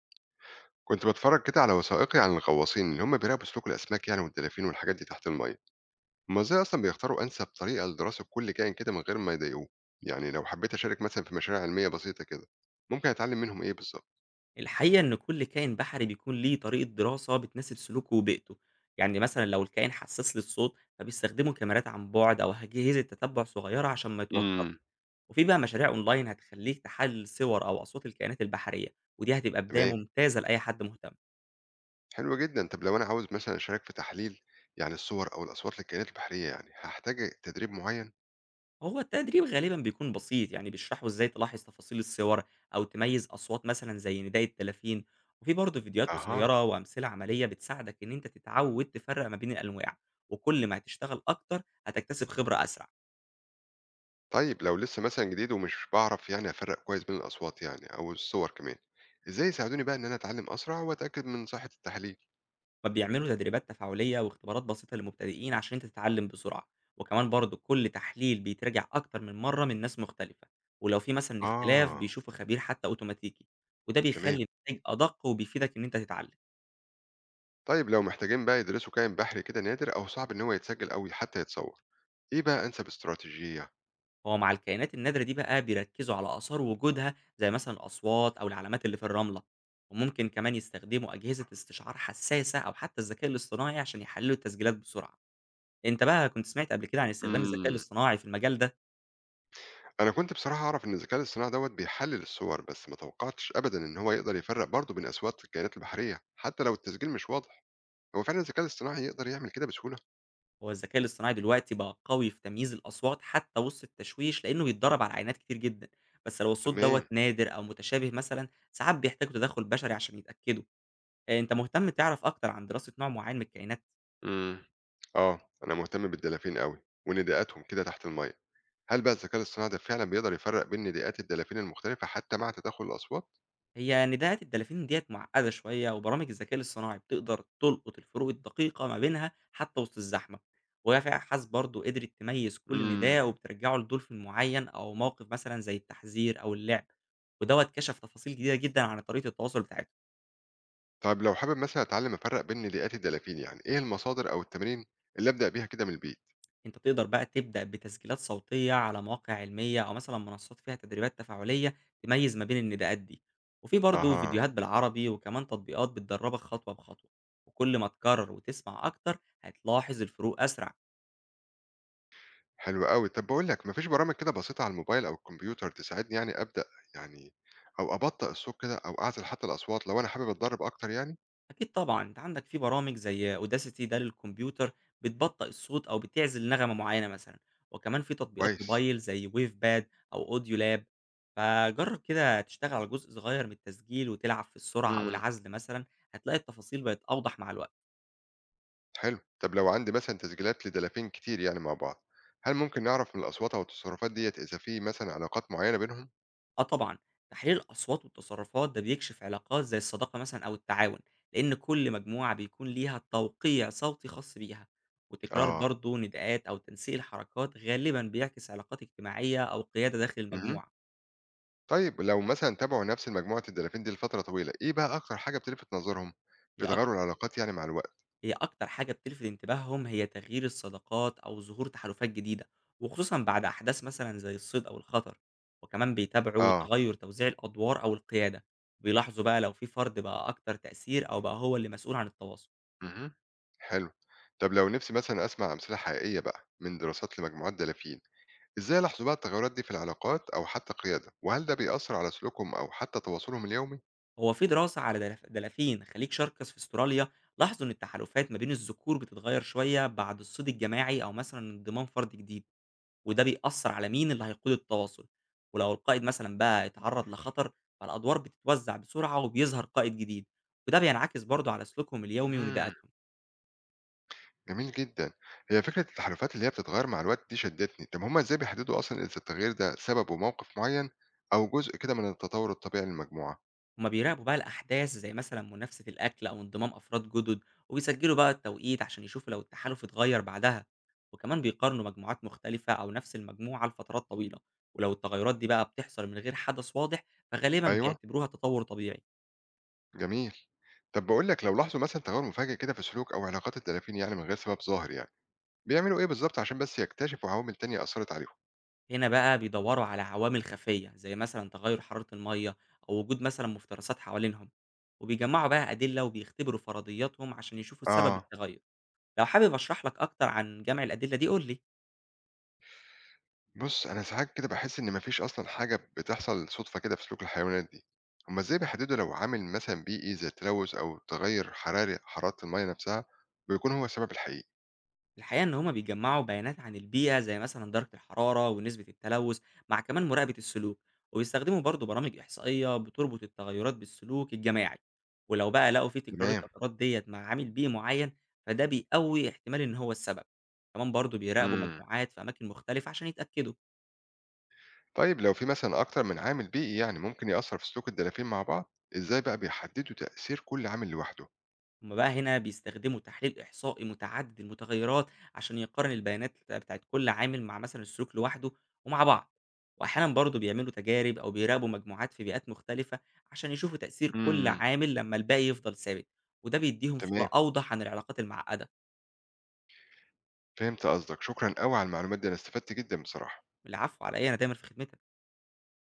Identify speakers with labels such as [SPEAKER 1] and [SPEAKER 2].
[SPEAKER 1] كنت باتفرج كده على وثائقي عن الغواصين اللي هم بيراقبوا سلوك الاسماك يعني والدلافين والحاجات دي تحت الميه. هم ازاي اصلا بيختاروا انسب طريقه لدراسه كل كائن كده من غير ما يضايقوه؟ يعني لو حبيت اشارك مثلا في مشاريع علميه بسيطه كده، ممكن اتعلم منهم ايه بالظبط؟
[SPEAKER 2] الحقيقة إن كل كائن بحري بيكون ليه طريقة دراسة بتناسب سلوكه وبيئته، يعني مثلًا لو الكائن حساس للصوت فبيستخدموا كاميرات عن بعد أو أجهزة تتبع صغيرة عشان ما يتوترش،
[SPEAKER 1] امم.
[SPEAKER 2] وفي بقى مشاريع أونلاين هتخليك تحلل صور أو أصوات الكائنات البحرية، ودي هتبقى بداية
[SPEAKER 1] تمام،
[SPEAKER 2] ممتازة لأي حد مهتم.
[SPEAKER 1] حلو جدا. طب لو انا عاوز مثلا اشارك في تحليل يعني الصور او الاصوات للكائنات البحريه، يعني هحتاج تدريب معين؟
[SPEAKER 2] هو التدريب غالبًا بيكون بسيط، يعني بيشرحوا إزاي تلاحظ تفاصيل الصور، أو تميّز أصوات مثلًا زي نداء الدلافين، وفي برضه فيديوهات
[SPEAKER 1] اها.
[SPEAKER 2] قصيرة وأمثلة عملية بتساعدك إن أنت تتعود تفرّق ما بين الأنواع، وكل ما هتشتغل أكتر هتكتسب خبرة أسرع،
[SPEAKER 1] طيب لو لسه مثلا جديد ومش بعرف يعني افرق كويس بين الاصوات يعني او الصور كمان، ازاي يساعدوني بقى ان انا اتعلم اسرع واتاكد من صحه التحليل؟
[SPEAKER 2] فبيعملوا تدريبات تفاعلية واختبارات بسيطة للمبتدئين عشان أنت تتعلم بسرعة، وكمان برضه كل تحليل بيتراجع أكتر من مرّة من ناس مختلفة، ولو في مثلًا اختلاف
[SPEAKER 1] آه،
[SPEAKER 2] بيشوفوا خبير حتى أوتوماتيكي، وده بيخلّي
[SPEAKER 1] تمام.
[SPEAKER 2] النتايج أدق وبيفيدك إن أنت تتعلم.
[SPEAKER 1] طيب لو محتاجين بقى يدرسوا كائن بحري كده نادر أو صعب إن هو يتسجل أو حتى يتصور، إيه بقى أنسب استراتيجية؟
[SPEAKER 2] هو مع الكائنات النادرة دي بقى بيركزوا على آثار وجودها زي مثلا الأصوات أو العلامات اللي في الرملة، وممكن كمان يستخدموا أجهزة استشعار حساسة أو حتى الذكاء الاصطناعي عشان يحللوا التسجيلات بسرعة. أنت بقى كنت سمعت قبل كده عن استخدام الذكاء
[SPEAKER 1] امم.
[SPEAKER 2] الاصطناعي في المجال ده؟
[SPEAKER 1] أنا كنت بصراحة أعرف إن الذكاء الاصطناعي دوت بيحلل الصور، بس ما توقعتش أبدا إن هو يقدر يفرق برضه بين أصوات الكائنات البحرية حتى لو التسجيل مش واضح. هو فعلا الذكاء الاصطناعي يقدر يعمل كده بسهولة؟
[SPEAKER 2] هو الذكاء الاصطناعي دلوقتي بقى قوي في تمييز الأصوات حتى وسط التشويش لأنه بيتدرب على عينات كتير جدا، بس لو الصوت دوت
[SPEAKER 1] تمام.
[SPEAKER 2] نادر أو متشابه مثلا ساعات بيحتاجوا تدخل بشري عشان يتأكدوا. آه، أنت مهتم تعرف أكتر عن دراسة نوع معين من الكائنات؟
[SPEAKER 1] امم. آه، أنا مهتم بالدلافين أوي ونداءاتهم كده تحت المية. هل بقى الذكاء الاصطناعي ده فعلا بيقدر يفرق بين نداءات الدلافين المختلفة حتى مع تداخل الأصوات؟
[SPEAKER 2] هي نداءة الدلافين ديّة معقدة شوية، وبرامج الذكاء الاصطناعي بتقدر تلقط الفروق الدقيقة ما بينها حتى وسط الزحمة، وهي في أبحاث برضه قدرت تميّز كل نداء
[SPEAKER 1] امم.
[SPEAKER 2] وبترجعه لدولفين معين أو موقف مثلًا زي التحذير أو اللعب، ودوّة كشف تفاصيل جديدة جدًا عن طريقة التواصل بتاعتهم.
[SPEAKER 1] طيب لو حابب مثلًا أتعلم أفرّق بين ناديات الدلافين، يعني إيه المصادر أو التمارين اللي أبدأ بيها كده من البيت؟
[SPEAKER 2] أنت تقدر بقى تبدأ بتسجيلات صوتية على مواقع علمية أو مثلًا منصات فيها تدريبات تفاعلية تميّز ما بين النداءات دي، وفي برضه
[SPEAKER 1] أها،
[SPEAKER 2] فيديوهات بالعربي وكمان تطبيقات بتدربك خطوة بخطوة، وكل ما تكرر وتسمع أكتر هتلاحظ الفروق أسرع.
[SPEAKER 1] حلو أوي. طب باقول لك، ما فيش برامج كده بسيطة على الموبايل أو الكمبيوتر تساعدني يعني أبدأ يعني، أو أبطّئ الصوت كده أو أعزل حتى الأصوات لو أنا حابب أتدرّب أكتر يعني؟
[SPEAKER 2] أكيد طبعًا، أنت عندك في برامج زي audacity ده للكمبيوتر بتبطّئ الصوت أو بتعزل نغمة معيّنة مثلًا، وكمان في تطبيقات
[SPEAKER 1] كويس.
[SPEAKER 2] موبايل زي wavepad أو audio lab، فجرّب كده تشتغل على جزء صغير من التسجيل وتلعب في السرعة أو
[SPEAKER 1] إمم،
[SPEAKER 2] العزل مثلًا، هتلاقي التفاصيل بقت أوضح مع الوقت.
[SPEAKER 1] حلو. طب لو عندي مثلًا تسجيلات لدلافين كتير يعني مع بعض، هل ممكن نعرف من الأصوات أو التصرفات ديّة إذا في مثلًا علاقات معيّنة بينهم؟
[SPEAKER 2] آه طبعًا، تحليل الأصوات والتصرفات ده بيكشف علاقات زي الصداقة مثلًا أو التعاون، لإن كل مجموعة بيكون ليها توقيع صوتي خاص بيها، وتكرار
[SPEAKER 1] آه.
[SPEAKER 2] برضه نداءات أو تنسيق الحركات غالبًا بيعكس علاقات اجتماعية أو قيادة داخل
[SPEAKER 1] اهم.
[SPEAKER 2] المجموعة.
[SPEAKER 1] طيب لو مثلًا تابعوا نفس المجموعة الدلافين دي لفترة طويلة، إيه بقى أكتر حاجة بتلفت نظرهم
[SPEAKER 2] هي
[SPEAKER 1] في
[SPEAKER 2] أك
[SPEAKER 1] تغيُّر العلاقات يعني مع الوقت؟
[SPEAKER 2] هي أكتر حاجة بتلفت انتباههم هي تغيير الصداقات أو ظهور تحالفات جديدة، وخصوصًا بعد أحداث مثلًا زي الصيد أو الخطر، وكمان بيتابعوا
[SPEAKER 1] آه،
[SPEAKER 2] تغير توزيع الأدوار أو القيادة، بيلاحظوا بقى لو في فرد بقى أكتر تأثير أو بقى هو اللي مسؤول عن التواصل.
[SPEAKER 1] اهم، حلو. طب لو نفسي مثلًا أسمع أمثلة حقيقية بقى من دراسات لمجموعات دلافين، إزاي لاحظوا بقى التغيُّرات دي في العلاقات أو حتى القيادة؟ وهل ده بيأثّر على سلوكهم أو حتى تواصلهم اليومي؟
[SPEAKER 2] هو في دراسة على دلافين خليج شركس في استراليا، لاحظوا إن التحالفات ما بين الذكور بتتغير شوية بعد الصيد الجماعي أو مثلا انضمام فرد جديد، وده بيأثر على مين اللي هيقود التواصل، ولو القائد مثلا بقى اتعرض لخطر فالأدوار بتتوزع بسرعة وبيظهر قائد جديد، وده بينعكس برضه على سلوكهم اليومي
[SPEAKER 1] إمم،
[SPEAKER 2] ونداءاتهم.
[SPEAKER 1] جميل جدًا. هي فكرة التحالفات اللي هي بتتغيّر مع الوقت دي شدّتني. طب هم إزاي بيحددوا أصلًا إذا التغيير ده سببه موقف معيّن أو جزء كده من التطوُّر الطبيعي للمجموعة؟
[SPEAKER 2] هُم بيراقبوا بقى الأحداث زي مثلًا منافسة الأكل أو انضمام أفراد جدد، وبيسجلوا بقى التوقيت عشان يشوفوا لو التحالف اتغيّر بعدها، وكمان بيقارنوا مجموعات مختلفة أو نفس المجموعة لفترات طويلة، ولو التغيرات دي بقى بتحصل من غير حدث واضح فغالبًا
[SPEAKER 1] أيوه،
[SPEAKER 2] بيعتبروها تطور طبيعي.
[SPEAKER 1] جميل. طب باقول لك، لو لاحظوا مثلًا تغيُّر مفاجئ كده في سلوك أو علاقات الدلافين يعني من غير سبب ظاهر يعني، بيعملوا إيه بالضبط عشان بس يكتشفوا عوامل تانية أثّرت عليهم؟
[SPEAKER 2] هنا بقى بيدوروا على عوامل خفية زي مثلًا تغير حرارة المَيّة أو وجود مثلًا مفترسات حوالينهم، وبيجمعوا بقى أدلة وبيختبروا فرضياتهم عشان يشوفوا سبب
[SPEAKER 1] آه.
[SPEAKER 2] التغير، لو حابب أشرح لك أكتر عن جمع الأدلة دي قُل لي.
[SPEAKER 1] بُص، أنا ساعات كده باحس إن ما فيش أصلًا حاجة بتحصل صُدفة كده في سلوك الحيوانات دي. هُم إزاي بيحددوا لو عامل مثلًا بيئي زي التلوث أو تغيُّر حراري حرارة المَيّة نفسها بيكون هو السبب الحقيقي؟
[SPEAKER 2] الحقيقة إن هما بيجمعوا بيانات عن البيئة زي مثلًا درجة الحرارة ونسبة التلوث، مع كمان مراقبة السلوك، وبيستخدموا برضه برامج إحصائية بتربط التغيرات بالسلوك الجماعي، ولو بقى لقوا في تكرار
[SPEAKER 1] تمام.
[SPEAKER 2] التغيرات ديّة مع عامل بيئي معين، فده بيقوي احتمال إن هو السبب، كمان برضه بيراقبوا
[SPEAKER 1] إمم.
[SPEAKER 2] مجموعات في أماكن مختلفة عشان يتأكدوا.
[SPEAKER 1] طيب لو في مثلًا أكتر من عامل بيئي يعني ممكن يأثّر في سلوك الدلافين مع بعض، إزاي بقى بيحددوا تأثير كل عامل لوحده؟
[SPEAKER 2] هم بقى هنا بيستخدموا تحليل إحصائي متعدد المتغيرات عشان يقارن البيانات بتاعة كل عامل مع مثلا السلوك لوحده ومع بعض، وأحيانا برضه بيعملوا تجارب أو بيراقبوا مجموعات في بيئات مختلفة عشان يشوفوا تأثير كل
[SPEAKER 1] إمم،
[SPEAKER 2] عامل لما الباقي يفضل ثابت، وده بيديهم صورة
[SPEAKER 1] تمام.
[SPEAKER 2] أوضح عن العلاقات المعقدة.
[SPEAKER 1] فهمت قصدك، شكرًا أوي على المعلومات دي، أنا استفدت جدًا بصراحة.
[SPEAKER 2] العفو على إيه، أنا دايما في خدمتك.